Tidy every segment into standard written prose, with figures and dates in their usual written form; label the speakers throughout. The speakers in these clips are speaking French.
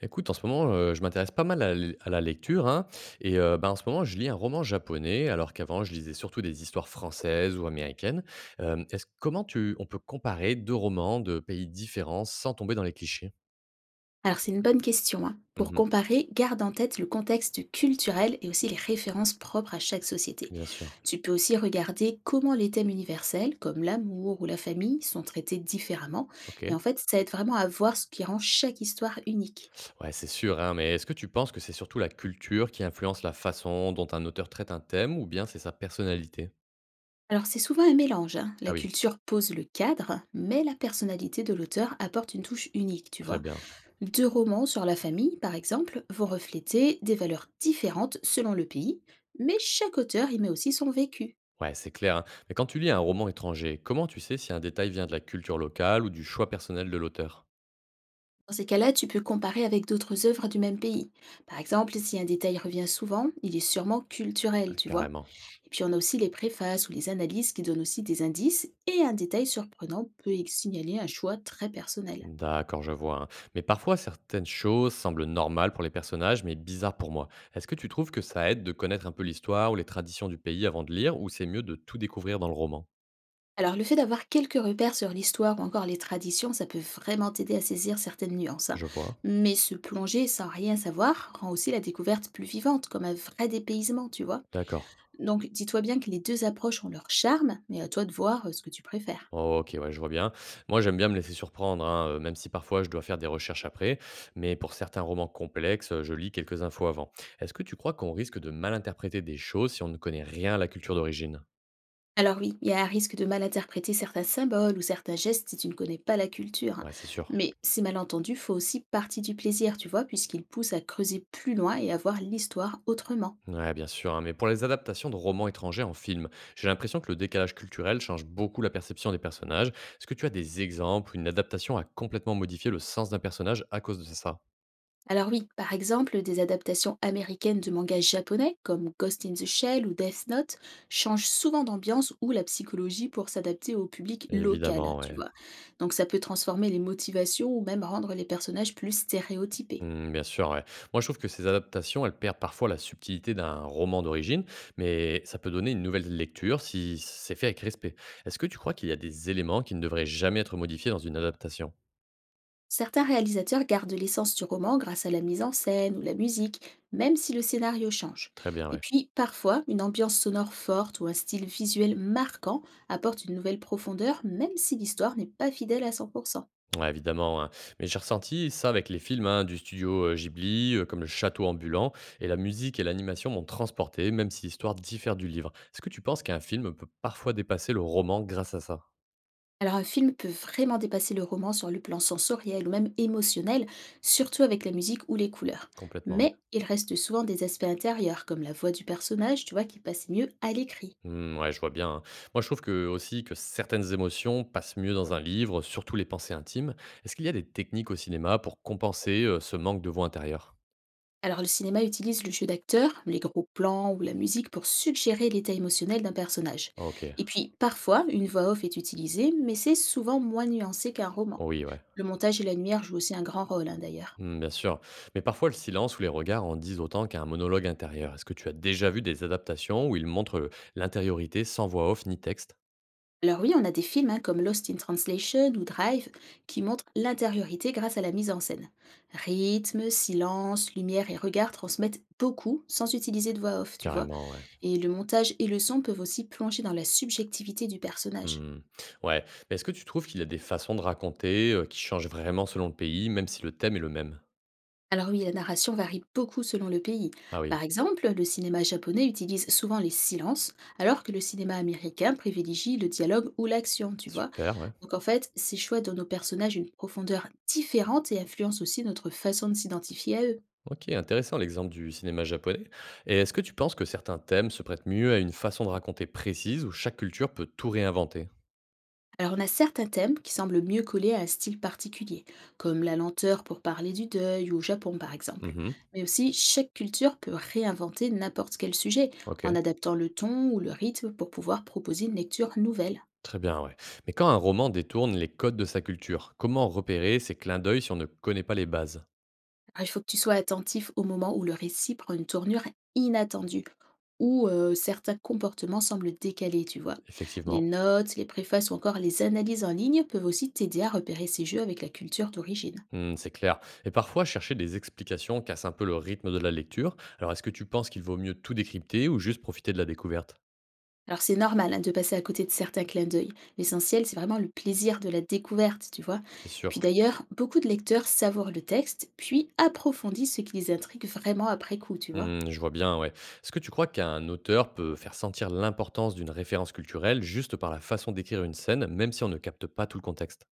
Speaker 1: Écoute, en ce moment, je m'intéresse pas mal à la lecture, hein, et ben, en ce moment, je lis un roman japonais, alors qu'avant, je lisais surtout des histoires françaises ou américaines. Est-ce comment tu on peut comparer 2 romans de pays différents sans tomber dans les clichés?
Speaker 2: Alors c'est une bonne question, hein. Pour
Speaker 1: Mmh.
Speaker 2: comparer, garde en tête le contexte culturel et aussi les références propres à chaque société.
Speaker 1: Bien sûr.
Speaker 2: Tu peux aussi regarder comment les thèmes universels, comme l'amour ou la famille, sont traités différemment. Et
Speaker 1: OK.
Speaker 2: en fait, ça aide vraiment à voir ce qui rend chaque histoire unique.
Speaker 1: Ouais, c'est sûr, hein, mais est-ce que tu penses que c'est surtout la culture qui influence la façon dont un auteur traite un thème ou bien c'est sa personnalité?
Speaker 2: Alors c'est souvent un mélange, hein. La
Speaker 1: Ah oui,
Speaker 2: culture pose le cadre, mais la personnalité de l'auteur apporte une touche unique, tu
Speaker 1: très
Speaker 2: vois.
Speaker 1: bien.
Speaker 2: Deux romans sur la famille, par exemple, vont refléter des valeurs différentes selon le pays, mais chaque auteur y met aussi son vécu.
Speaker 1: Ouais, c'est clair, hein. Mais quand tu lis un roman étranger, comment tu sais si un détail vient de la culture locale ou du choix personnel de l'auteur?
Speaker 2: Dans ces cas-là, tu peux comparer avec d'autres œuvres du même pays. Par exemple, si un détail revient souvent, il est sûrement culturel,
Speaker 1: Ouais,
Speaker 2: tu vois.
Speaker 1: carrément.
Speaker 2: Et puis on a aussi les préfaces ou les analyses qui donnent aussi des indices, et un détail surprenant peut signaler un choix très personnel.
Speaker 1: D'accord, je vois, hein. Mais parfois, certaines choses semblent normales pour les personnages, mais bizarres pour moi. Est-ce que tu trouves que ça aide de connaître un peu l'histoire ou les traditions du pays avant de lire, ou c'est mieux de tout découvrir dans le roman?
Speaker 2: Alors le fait d'avoir quelques repères sur l'histoire ou encore les traditions, ça peut vraiment t'aider à saisir certaines nuances, hein.
Speaker 1: Je vois.
Speaker 2: Mais se plonger sans rien savoir rend aussi la découverte plus vivante, comme un vrai dépaysement, tu vois.
Speaker 1: D'accord.
Speaker 2: Donc dis-toi bien que les deux approches ont leur charme, mais à toi de voir ce que tu préfères.
Speaker 1: Oh, Ok, ouais, je vois bien. Moi, j'aime bien me laisser surprendre, hein, même si parfois je dois faire des recherches après. Mais pour certains romans complexes, je lis quelques infos avant. Est-ce que tu crois qu'on risque de mal interpréter des choses si on ne connaît rien à la culture d'origine?
Speaker 2: Alors oui, il y a un risque de mal interpréter certains symboles ou certains gestes si tu ne connais pas la culture, hein.
Speaker 1: Ouais, c'est sûr.
Speaker 2: Mais ces malentendus font aussi partie du plaisir, tu vois, puisqu'ils poussent à creuser plus loin et à voir l'histoire autrement.
Speaker 1: Ouais, bien sûr, hein, mais pour les adaptations de romans étrangers en film, j'ai l'impression que le décalage culturel change beaucoup la perception des personnages. Est-ce que tu as des exemples où une adaptation a complètement modifié le sens d'un personnage à cause de ça?
Speaker 2: Alors oui, par exemple, des adaptations américaines de mangas japonais, comme Ghost in the Shell ou Death Note, changent souvent d'ambiance ou la psychologie pour s'adapter au public local,
Speaker 1: Évidemment,
Speaker 2: tu
Speaker 1: ouais.
Speaker 2: vois. Donc ça peut transformer les motivations ou même rendre les personnages plus stéréotypés.
Speaker 1: Hmm, bien sûr, ouais. Moi, je trouve que ces adaptations, elles perdent parfois la subtilité d'un roman d'origine, mais ça peut donner une nouvelle lecture si c'est fait avec respect. Est-ce que tu crois qu'il y a des éléments qui ne devraient jamais être modifiés dans une adaptation?
Speaker 2: Certains réalisateurs gardent l'essence du roman grâce à la mise en scène ou la musique, même si le scénario change.
Speaker 1: Très bien,
Speaker 2: Et
Speaker 1: ouais.
Speaker 2: puis, parfois, une ambiance sonore forte ou un style visuel marquant apporte une nouvelle profondeur, même si l'histoire n'est pas fidèle à 100%.
Speaker 1: Ouais, évidemment, hein. Mais j'ai ressenti ça avec les films, hein, du studio Ghibli, comme Le Château ambulant, et la musique et l'animation m'ont transporté, même si l'histoire diffère du livre. Est-ce que tu penses qu'un film peut parfois dépasser le roman grâce à ça?
Speaker 2: Alors un film peut vraiment dépasser le roman sur le plan sensoriel ou même émotionnel, surtout avec la musique ou les couleurs.
Speaker 1: Complètement, ouais.
Speaker 2: Mais il reste souvent des aspects intérieurs, comme la voix du personnage, tu vois, qui passe mieux à l'écrit.
Speaker 1: Hmm, ouais, je vois bien, hein. Moi, je trouve que aussi que certaines émotions passent mieux dans un livre, surtout les pensées intimes. Est-ce qu'il y a des techniques au cinéma pour compenser ce manque de voix intérieure?
Speaker 2: Alors le cinéma utilise le jeu d'acteurs, les gros plans ou la musique pour suggérer l'état émotionnel d'un personnage. Et
Speaker 1: Ok.
Speaker 2: puis parfois, une voix off est utilisée, mais c'est souvent moins nuancé qu'un roman.
Speaker 1: Oui, ouais.
Speaker 2: Le montage et la lumière jouent aussi un grand rôle, hein, d'ailleurs.
Speaker 1: Mmh, bien sûr. Mais parfois, le silence ou les regards en disent autant qu'un monologue intérieur. Est-ce que tu as déjà vu des adaptations où ils montrent l'intériorité sans voix off ni texte?
Speaker 2: Alors oui, on a des films, hein, comme Lost in Translation ou Drive qui montrent l'intériorité grâce à la mise en scène. Rythme, silence, lumière et regard transmettent beaucoup sans utiliser de voix off, tu vois.
Speaker 1: Carrément, ouais.
Speaker 2: Et le montage et le son peuvent aussi plonger dans la subjectivité du personnage.
Speaker 1: Mmh. Ouais. Mais est-ce que tu trouves qu'il y a des façons de raconter qui changent vraiment selon le pays, même si le thème est le même?
Speaker 2: Alors oui, la narration varie beaucoup selon le pays.
Speaker 1: Ah oui,
Speaker 2: Par exemple, le cinéma japonais utilise souvent les silences, alors que le cinéma américain privilégie le dialogue ou l'action, tu vois.
Speaker 1: super, ouais.
Speaker 2: Donc en fait, ces choix donnent aux personnages une profondeur différente et influencent aussi notre façon de s'identifier à eux.
Speaker 1: Ok, intéressant l'exemple du cinéma japonais. Et est-ce que tu penses que certains thèmes se prêtent mieux à une façon de raconter précise où chaque culture peut tout réinventer?
Speaker 2: Alors on a certains thèmes qui semblent mieux coller à un style particulier, comme la lenteur pour parler du deuil ou au Japon par exemple.
Speaker 1: Mhm.
Speaker 2: Mais aussi, chaque culture peut réinventer n'importe quel sujet,
Speaker 1: Ok.
Speaker 2: en adaptant le ton ou le rythme pour pouvoir proposer une lecture nouvelle.
Speaker 1: Très bien, ouais. Mais quand un roman détourne les codes de sa culture, comment repérer ces clins d'œil si on ne connaît pas les bases?
Speaker 2: Ah, il faut que tu sois attentif au moment où le récit prend une tournure inattendue, où certains comportements semblent décalés, tu vois. Les
Speaker 1: Effectivement.
Speaker 2: notes, les préfaces ou encore les analyses en ligne peuvent aussi t'aider à repérer ces jeux avec la culture d'origine.
Speaker 1: Hmm, c'est clair. Et parfois, chercher des explications casse un peu le rythme de la lecture. Alors, est-ce que tu penses qu'il vaut mieux tout décrypter ou juste profiter de la découverte?
Speaker 2: Alors c'est normal, hein, de passer à côté de certains clins d'œil. L'essentiel, c'est vraiment le plaisir de la découverte, tu vois.
Speaker 1: C'est
Speaker 2: Puis
Speaker 1: sûr.
Speaker 2: d'ailleurs, beaucoup de lecteurs savourent le texte, puis approfondissent ce qui les intrigue vraiment après coup, tu vois.
Speaker 1: Hmm, je vois bien, ouais. Est-ce que tu crois qu'un auteur peut faire sentir l'importance d'une référence culturelle juste par la façon d'écrire une scène, même si on ne capte pas tout le contexte?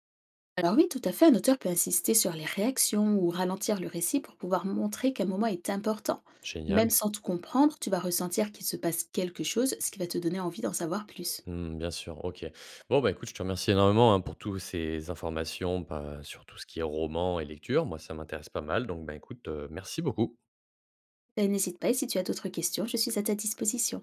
Speaker 2: Alors oui, tout à fait, un auteur peut insister sur les réactions ou ralentir le récit pour pouvoir montrer qu'un moment est important. Même
Speaker 1: Génial.
Speaker 2: sans tout comprendre, tu vas ressentir qu'il se passe quelque chose, ce qui va te donner envie d'en savoir plus.
Speaker 1: Mmh, bien sûr, OK. Bon, bah, écoute, je te remercie énormément, hein, pour toutes ces informations, bah, sur tout ce qui est roman et lecture. Moi, ça m'intéresse pas mal, donc, bah, écoute, merci beaucoup.
Speaker 2: Et n'hésite pas, et si tu as d'autres questions, je suis à ta disposition.